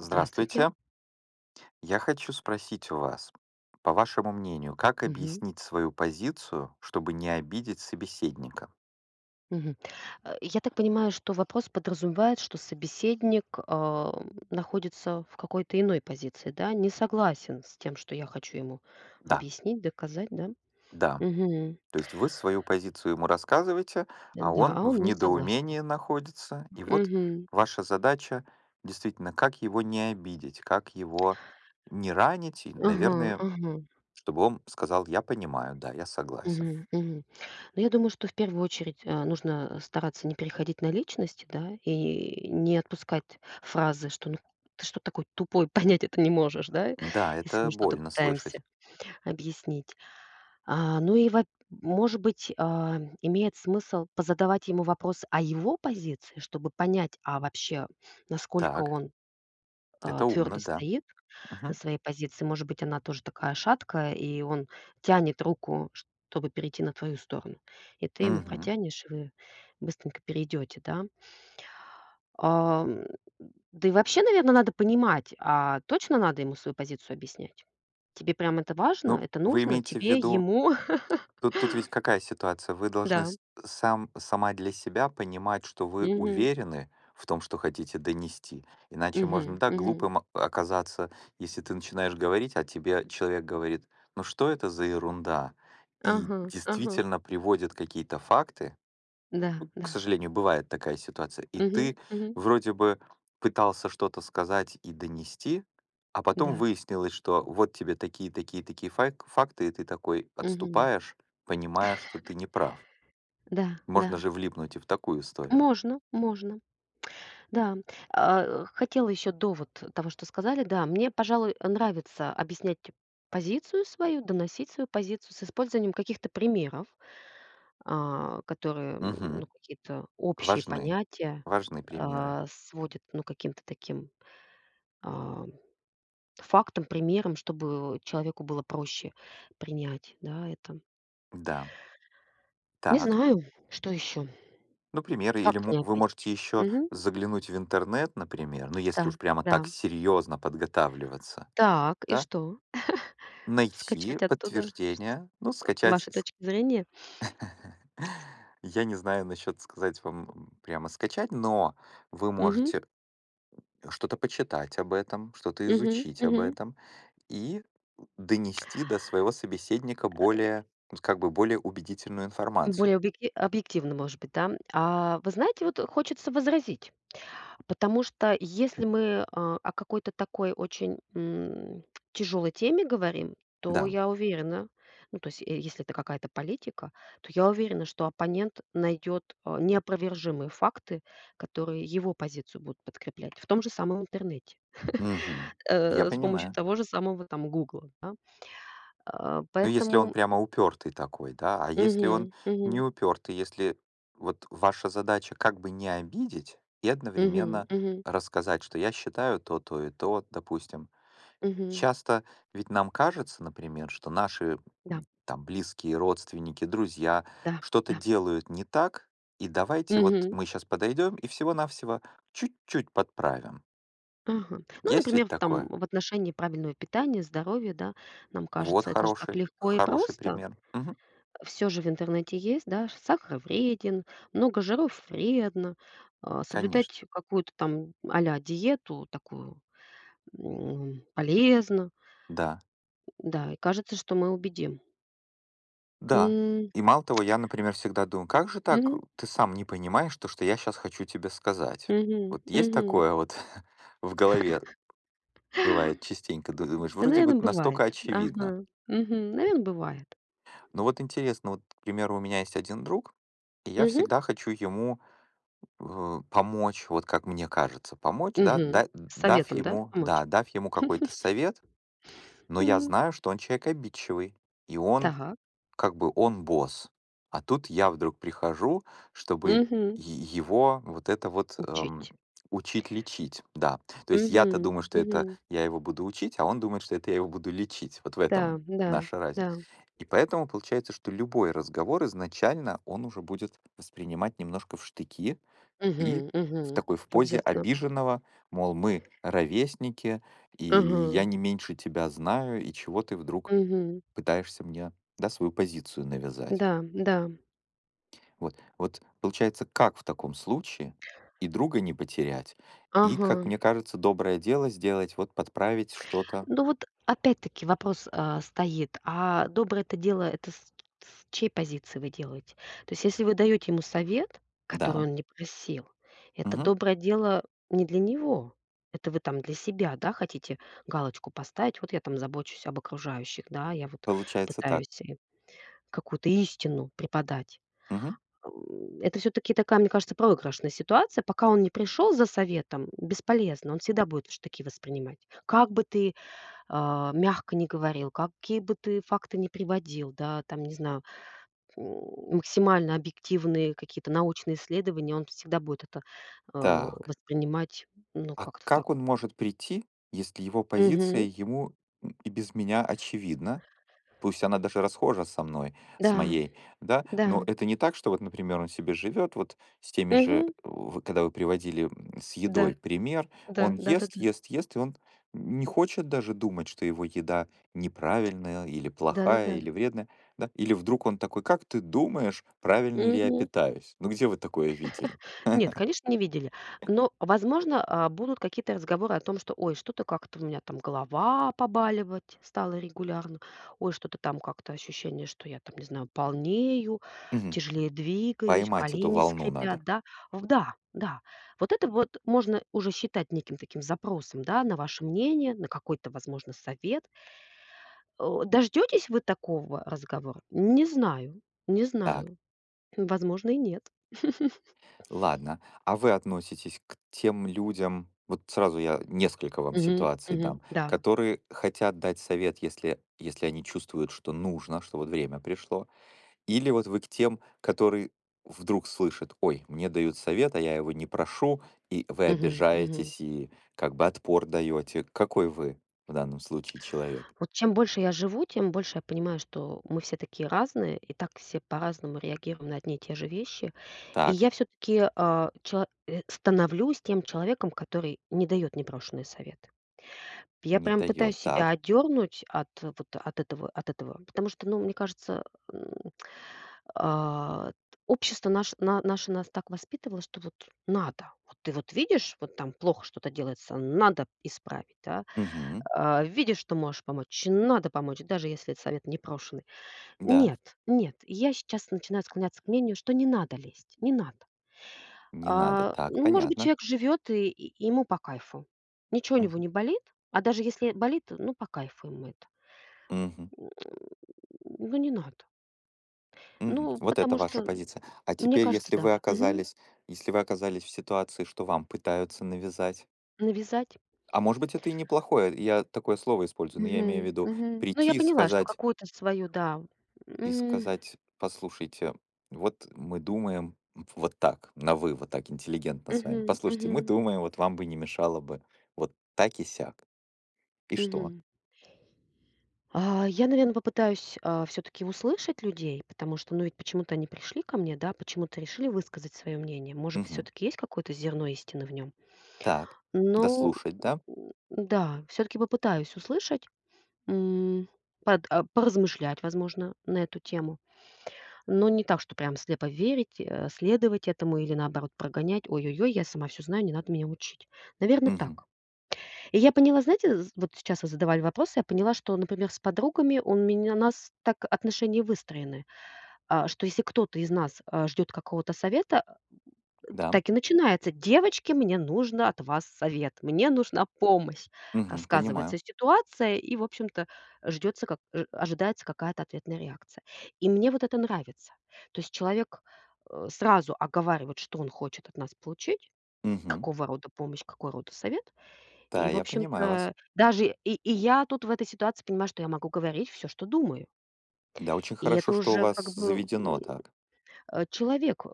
Здравствуйте. Я хочу спросить у вас, по вашему мнению, как Мгм. объяснить свою позицию, чтобы не обидеть собеседника? Мгм. Я так понимаю, что вопрос подразумевает, что собеседник, находится в какой-то иной позиции, да? Не согласен с тем, что я хочу ему Да, объяснить, доказать, да? да. Мгм. То есть вы свою позицию ему рассказываете, а Да, он а в он не согласен. недоумении находится. И вот Мгм. ваша задача действительно, как его не обидеть, как его не ранить, и, Ага, наверное, ага. чтобы он сказал, я понимаю, да, я согласен. Мгм, мгм. Но я думаю, что в первую очередь, нужно стараться не переходить на личности, да, и не отпускать фразы, что: "Ну, ты что такой тупой, понять это не можешь", да, Да, если мы это что-то больно пытаемся слышать. объяснить. Ну и во может быть, имеет смысл позадавать ему вопрос о его позиции, чтобы понять, а вообще, насколько Так, он, это умно, твердо да. стоит на Мгм. своей позиции. Может быть, она тоже такая шаткая, и он тянет руку, чтобы перейти на твою сторону. И ты ему Мгм. протянешь, и вы быстренько перейдете, да. Ам, да и вообще, наверное, надо понимать, а точно надо ему свою позицию объяснять? Тебе прям это важно, Ну, это вы нужно? имеете в Тебе, виду, ему? тут ведь какая ситуация? Вы должны Да. с сам сама для себя понимать, что вы Мгм. уверены в том, что хотите донести. Иначе можно, Мгм. да, Мгм. глупым оказаться, если ты начинаешь говорить, а тебе человек говорит: "Ну что это за ерунда?" И Ага, ага. действительно приводит какие-то факты, Да, к да. сожалению, бывает такая ситуация. И Мгм. ты Мгм. вроде бы пытался что-то сказать и донести, а потом Да. выяснилось, что вот тебе такие, такие, такие факты, и ты такой Мгм. отступаешь, понимая, что ты не прав. Да, да. Можно же влипнуть и в такую историю. Можно, можно. Да. Хотела еще до вот того, что сказали. Да, мне, пожалуй, нравится объяснять позицию свою, доносить свою позицию с использованием каких-то примеров, которые, Мгм. ну, какие-то общие Важны. понятия, Важны примеры. Сводят, ну, каким-то таким, а фактом, примером, чтобы человеку было проще принять, да, это. Да. Не Так. знаю, что еще? Ну, примеры, Как или не вы обидеть? можете еще Мгм. заглянуть в интернет, например, ну, Да, если уж прямо да. так серьезно подготавливаться, Так, и да, что? найти Скачать оттуда ш подтверждение, ну, скачать, ваши точки зрения? Я не знаю насчет сказать вам прямо скачать, но вы Мгм, можете что-то почитать об этом, что-то мгм, изучить об мгм. этом и донести до своего собеседника Э, более, ну, как бы более убедительную информацию. Более объеки объективно, может быть, да? А вы знаете, вот хочется возразить. Потому что если мы о какой-то такой очень тяжелой теме говорим, то Да. я уверена, ну то есть если это какая-то политика, то я уверена, что оппонент найдет неопровержимые факты, которые его позицию будут подкреплять в том же самом интернете, Мгм. Я с помощью понимаю. того же самого там Гугла. Да. Ну, если он Поэтому. прямо упертый такой, да, а если он Мгм, не мгм, упертый, если вот ваша задача как бы не обидеть и мгм, одновременно мгм, рассказать, что я считаю то, то и то, допустим. мгм. Часто ведь нам кажется, например, что наши Да, там близкие, родственники, друзья да, что-то да. делают не так, и давайте вот Мгм. мы сейчас подойдем и всего-навсего чуть-чуть подправим. Ага. Ну, Есть например, ведь в там такое? в отношении правильного питания, здоровья, да, нам Вот кажется, это же так хороший, легко и хороший просто. пример. Мгм. Все же в интернете есть, да, ш сахар вреден, много жиров вредно. Конечно. Соблюдать какую-то там а-ля диету такую, полезно. Да, Да, и кажется, что мы убедим. да. М, И мало того, я, например, всегда думаю, как же так, мгм, ты сам не понимаешь то, что я сейчас хочу тебе сказать. мгм, Вот есть мгм. такое вот в голове бывает частенько, думаешь, Да, вроде бы наверно, настолько бывает. очевидно. Ага. Мгм. Наверно, бывает. Ну вот интересно, вот, к примеру, у меня есть один друг, и я Мгм. всегда хочу ему помочь, вот как мне кажется, помочь, да, Мгм. да, С дав советом, да, ему, помочь? да, дав ему какой-то совет, но я Мгм. знаю, что он человек обидчивый, и он Так. как бы он босс. А тут я вдруг прихожу, чтобы Мгм. Его вот это вот Учить. учить лечить, да. То есть Мгм, я-то думаю, что мгм. это я его буду учить, а он думает, что это я его буду лечить. Вот в Да, этом да, наша да. разница. И поэтому получается, что любой разговор изначально он уже будет воспринимать немножко в штыки и Мгм, в мгм. такой в позе Обязательно. обиженного, мол, мы ровесники, и Ага. я не меньше тебя знаю, и чего ты вдруг Мгм. пытаешься мне, да, свою позицию навязать. Да, да. Вот. Вот получается, как в таком случае и друга не потерять, и, Ага. как мне кажется, доброе дело сделать, вот подправить что-то. Ну вот опять-таки вопрос, стоит: а доброе это дело — это с чьей позиции вы делаете? То есть если вы даете ему совет, который Да, он не просил, это мгм, доброе дело не для него. Это вы там для себя, да, хотите галочку поставить: "Вот я там забочусь об окружающих, да, я вот получается так. пытаюсь". Какую-то истину преподать. Мгм. Это все таки такая, мне кажется, проигрышная ситуация. Пока он не пришел за советом, бесполезно, он всегда будет штыки воспринимать. Как бы ты, мягко не говорил, какие бы ты факты не приводил, да, там, не знаю, м, максимально объективные какие-то научные исследования, он всегда будет это, Так, воспринимать, ну, а как-то так. как он может прийти, если его позиция Мгм. ему и без меня очевидна. Пусть она даже расхожа со мной, Да, с моей, да, да. но это не так, что вот, например, он себе живет вот с теми же, Мгм. вы когда вы приводили с Да, едой пример, да, он ест, да-да-да. ест, ест, и он не хочет даже думать, что его еда неправильная или плохая Да-да-да. или вредная, да, или вдруг он такой, как ты думаешь, правильно ли я питаюсь? Ну где вы такое видели? Нет, конечно, не видели. Но, возможно, будут какие-то разговоры о том, что, ой, что-то как-то у меня там голова побаливать стала регулярно, ой, что-то там как-то ощущение, что я там, не знаю, полнею, Мгм. тяжелее двигаюсь, Поймать эту колени волну скрипят, надо. да. Да, да. Вот это вот можно уже считать неким таким запросом, да, на ваше мнение, на какой-то, возможно, совет. О, дождетесь вы такого разговора? Не знаю, не Так. знаю. Возможно, и нет. Ладно. А вы относитесь к тем людям, вот сразу я несколько вам Мгм, ситуаций мгм, дам, да. которые хотят дать совет, если, если они чувствуют, что нужно, что вот время пришло? Или вот вы к тем, которые вдруг слышат, ой, мне дают совет, а я его не прошу, и вы Мгм, мгм. обижаетесь, и как бы отпор даете. Какой вы в данном случае человек? Вот чем больше я живу, тем больше я понимаю, что мы все такие разные, и так все по-разному реагируем на одни и те же вещи. И Так, я все-таки становлюсь тем человеком, который не дает непрошенные советы. Я не прям пытаюсь дает, себя так. отдернуть от вот от этого, потому что, ну, мне кажется, м, а, общество наше нас так воспитывало, что вот надо, вот ты вот видишь, вот там плохо что-то делается, надо исправить, да. Угу, Видишь, что можешь помочь, надо помочь, даже если это совет непрошеный. да, Нет, нет, я сейчас начинаю склоняться к мнению, что не надо лезть, не надо. не надо, так, Ну, может быть, понятно. человек живет, и ему по кайфу. Ничего у него не болит, а даже если болит, ну, по кайфу ему это. Угу. М, Ну, не надо. Мгм. Ну, Вот это потому ваша что, позиция. А мне теперь, кажется, если да. вы Мгм. оказались если вы оказались в ситуации, что вам пытаются навязать, Навязать. а может быть, это и неплохое, я такое слово использую, но я имею в Мгм. виду Мгм. Ну, я прийти и поняла, что сказать какую-то свою, да. и М, сказать: "Послушайте, вот мы думаем вот так". На "вы", вот так интеллигентно с мгм, вами. "Послушайте, мгм, мы думаем, вот вам бы не мешало бы вот так и сяк". И что? мгм. Я, наверное, попытаюсь все таки услышать людей, потому что, ну, ведь почему-то они пришли ко мне, да, почему-то решили высказать свое мнение. Может быть, все Мгм. таки есть какое-то зерно истины в нем. Так. Ну, Дослушать, да? Да, все таки попытаюсь услышать, м, поразмышлять, возможно, на эту тему. Но не так, что прям слепо верить, следовать этому или, наоборот, прогонять: "Ой-ой-ой, я сама все знаю, не надо меня учить". Наверное, Мгм. так. И я поняла, знаете, з вот сейчас вы задавали вопрос, я поняла, что, например, с подругами у нас так отношения выстроены, что если кто-то из нас, ждет какого-то совета, Да. так и начинается: "Девочки, мне нужно от вас совет, мне нужна помощь". Мгм. Рассказывается Понимаю. ситуация и, в общем-то, ждется, ожидается какая-то ответная реакция. И мне вот это нравится. То есть человек, сразу оговаривает, что он хочет от нас получить, Мгм. какого рода помощь, какой рода совет. Да, И, в я понимаю вас. общем-то, даже и я тут в этой ситуации понимаю, что я могу говорить все, что думаю. Да, очень И хорошо, это что у уже как вас бы, заведено так. Человек,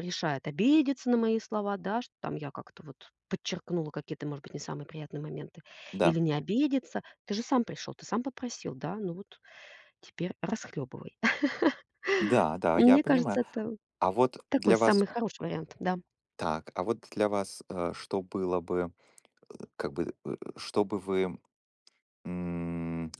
решает, обидеться на мои слова, да, что там я как-то вот подчеркнула какие-то, может быть, не самые приятные моменты, Да, или не обидеться. Ты же сам пришел, ты сам попросил, да, ну вот теперь расхлебывай. да, да, я Мне понимаю. кажется, это А вот такой для вас самый хороший вариант, да. так, а вот для вас, что было бы, как бы, что бы вы, м,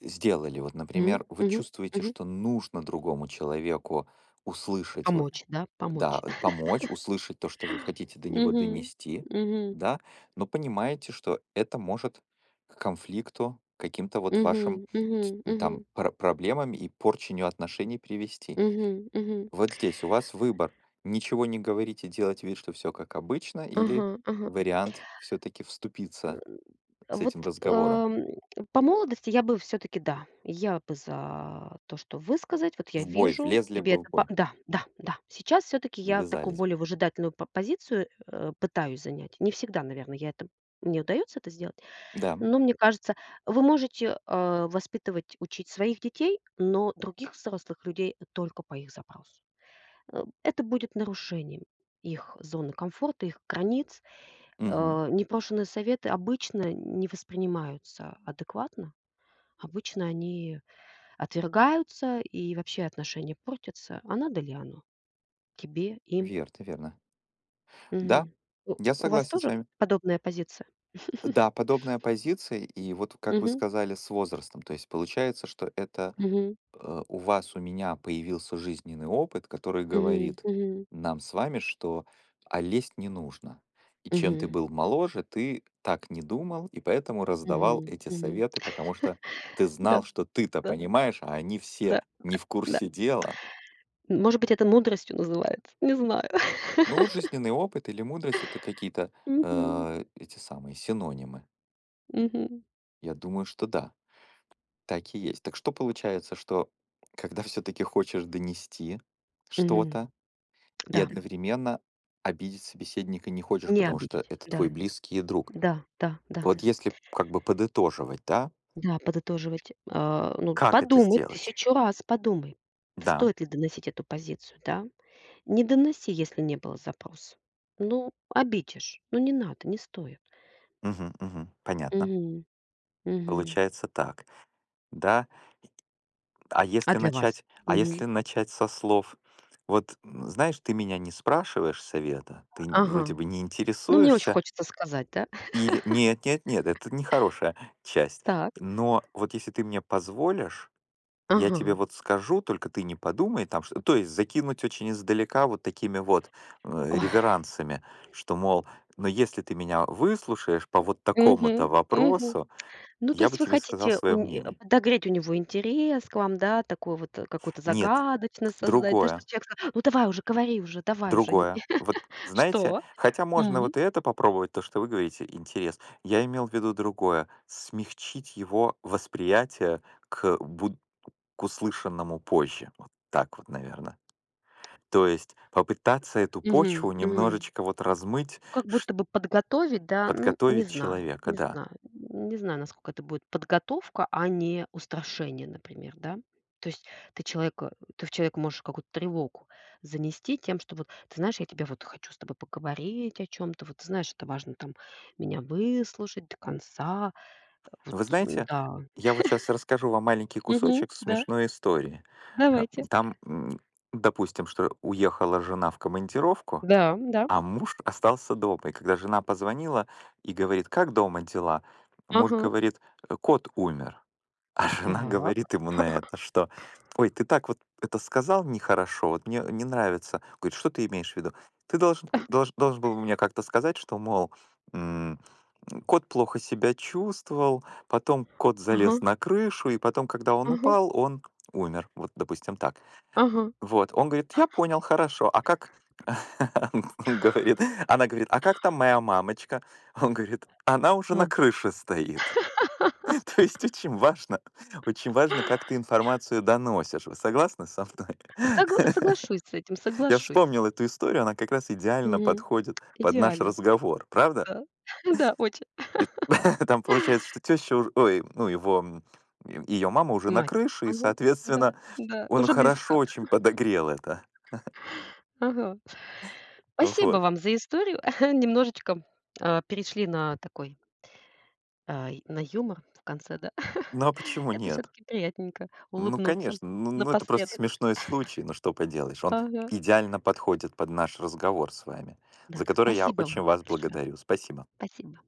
сделали? Вот, Мгм, например, вы мгм, чувствуете, мгм. что нужно другому человеку услышать, вот, Помочь, да, да, помочь. Помочь, услышать то, что вы хотите до него Мгм, донести, мгм. да, но понимаете, что это может к конфликту, к каким-то вот Мгм, вашим мгм, мгм, там проблемам и порчению отношений привести. мгм, мгм. Вот здесь у вас выбор. Ничего не говорить и делать вид, что все как обычно, Ага, или ага. вариант все-таки Э, вступиться с вот, этим разговором. эм, по молодости я бы все таки да, я бы за то, что высказать. Вот я В бой, вижу, влезли тебе бы в это па бой, да, да, да. Сейчас все таки я такую ввязались бы. более выжидательную по позицию, пытаюсь занять. Не всегда, наверное, я это мне удается это сделать, Да, но мне кажется, вы можете, воспитывать, учить своих детей, но других взрослых людей только по их запросу. Это будет нарушением их зоны комфорта, их границ. мгм. Непрошеные советы обычно не воспринимаются адекватно. Обычно они отвергаются и вообще отношения портятся. А надо ли оно? Тебе, им? Верно, верно. Да, Мгм. У я у вас согласен с тоже вами. подобная позиция? Да, подобная позиция, и вот как вы Мгм. сказали, с возрастом. То есть получается, что это Мгм. У вас, у меня появился жизненный опыт, который Мгм. говорит Мгм. нам с вами, что а лезть не нужно. И чем ты Мгм. был моложе, ты так не думал, и поэтому раздавал Мгм. эти Мгм. советы, потому что ты Да, знал, что ты-то да, понимаешь, а они все да, не в да. курсе дела. Может быть, это мудростью называется? Не знаю. Ну, жизненный опыт или мудрость — это какие-то Мгм. Эти самые синонимы. Мгм. Я думаю, что да, так и есть. Так что получается, что когда все-таки хочешь донести Мгм. что-то и Да. одновременно обидеть собеседника не хочешь, Не потому что обидеть. это твой Да, близкий и друг. да, да, да. Вот если как бы подытоживать, да, Да, подытоживать, ну, как это подумай, сделать? тысячу раз подумай, т Да, стоит ли доносить эту позицию, да. Не доноси, если не было запроса. Ну, обидишь. Ну, не надо, не стоит. мгм, мгм, понятно. Мгм, мгм. Получается так. Да. А А если для начать вас? а Мгм. если начать со слов: "Вот, знаешь, ты меня не спрашиваешь совета, ты н вроде Ага. бы не Ну, мне очень интересуешься" хочется сказать, да? или "Нет, нет, нет, это нехорошая часть, Так. но вот если ты мне позволишь, я Ага. тебе вот скажу, только ты не подумай там что". То есть закинуть очень издалека вот такими вот, Ой. реверансами, что, мол, но если ты меня выслушаешь по вот такому-то Мгм, мгм. вопросу, Ну, то я бы есть вы тебе сказал хотите у свое не э, мнение. подогреть у него интерес к вам, да, такую вот, какую-то Нет, загадочность создать, да, другое. чтобы человек сказал: "Ну, давай уже, говори уже, давай уже". Другое. Вот знаете, Что? хотя можно М. вот и это попробовать, то, что вы говорите, интерес. Я имел в виду другое. Смягчить его восприятие к, к услышанному позже. Вот так вот, наверное. То есть попытаться эту Мгм, почву мгм. немножечко вот размыть, Как ш- будто бы подготовить, да, ну, не подготовить знаю, человека, не да. знаю, не знаю, насколько это будет подготовка, а не устрашение, например, да. То есть ты в человека можешь какую-то тревогу занести тем, что вот, ты знаешь, я тебя вот хочу с тобой поговорить о чем-то, вот ты знаешь, это важно там меня выслушать до конца, вот, Вы знаете, да. я вот сейчас расскажу вам маленький Мгм. кусочек Да, смешной истории. Давайте. Там, допустим, что уехала жена в командировку, Да, да. а муж остался дома. И когда жена позвонила и говорит: "Как дома дела?" Муж Ага. говорит: Кот умер". Жена Так. говорит ему на это, что: "Ой, ты так вот это сказал нехорошо, вот мне не нравится". Говорит: "Что ты имеешь в виду?" "Ты должен был мне как-то сказать, что, мол, м, кот плохо себя чувствовал, потом кот Ага, залез на крышу, и потом, когда он ага, упал, он умер". Вот, допустим, так. ага, Вот. Он говорит: "Я понял, хорошо. А как" он говорит, она говорит: "А как там моя мамочка?" Он говорит: "Она уже на ага. крыше стоит". То есть очень важно, как ты информацию доносишь. Вы согласны со мной? Соглашусь с этим, Я соглашусь. вспомнил эту историю, она как раз идеально Мгм. подходит под наш Идеально, разговор, правда? да. Да, очень. Там получается, что теща уж ой, ну, его, м, ее мама уже на Мать. крыше, и, Ага. Да, соответственно, да, он уже хорошо близка. очень подогрел это. Ага. Спасибо Вот. вам за историю. Немножечко, перешли на такой, а, й на юмор в конце, да. Ну, а почему Это все нет? таки приятненько Ну, улыбнуться конечно, это просто напоследок. смешной случай, ну что поделаешь. Он Ага. идеально подходит под наш разговор с вами, за Да, который я спасибо вам очень вас большое. благодарю. Спасибо. Спасибо.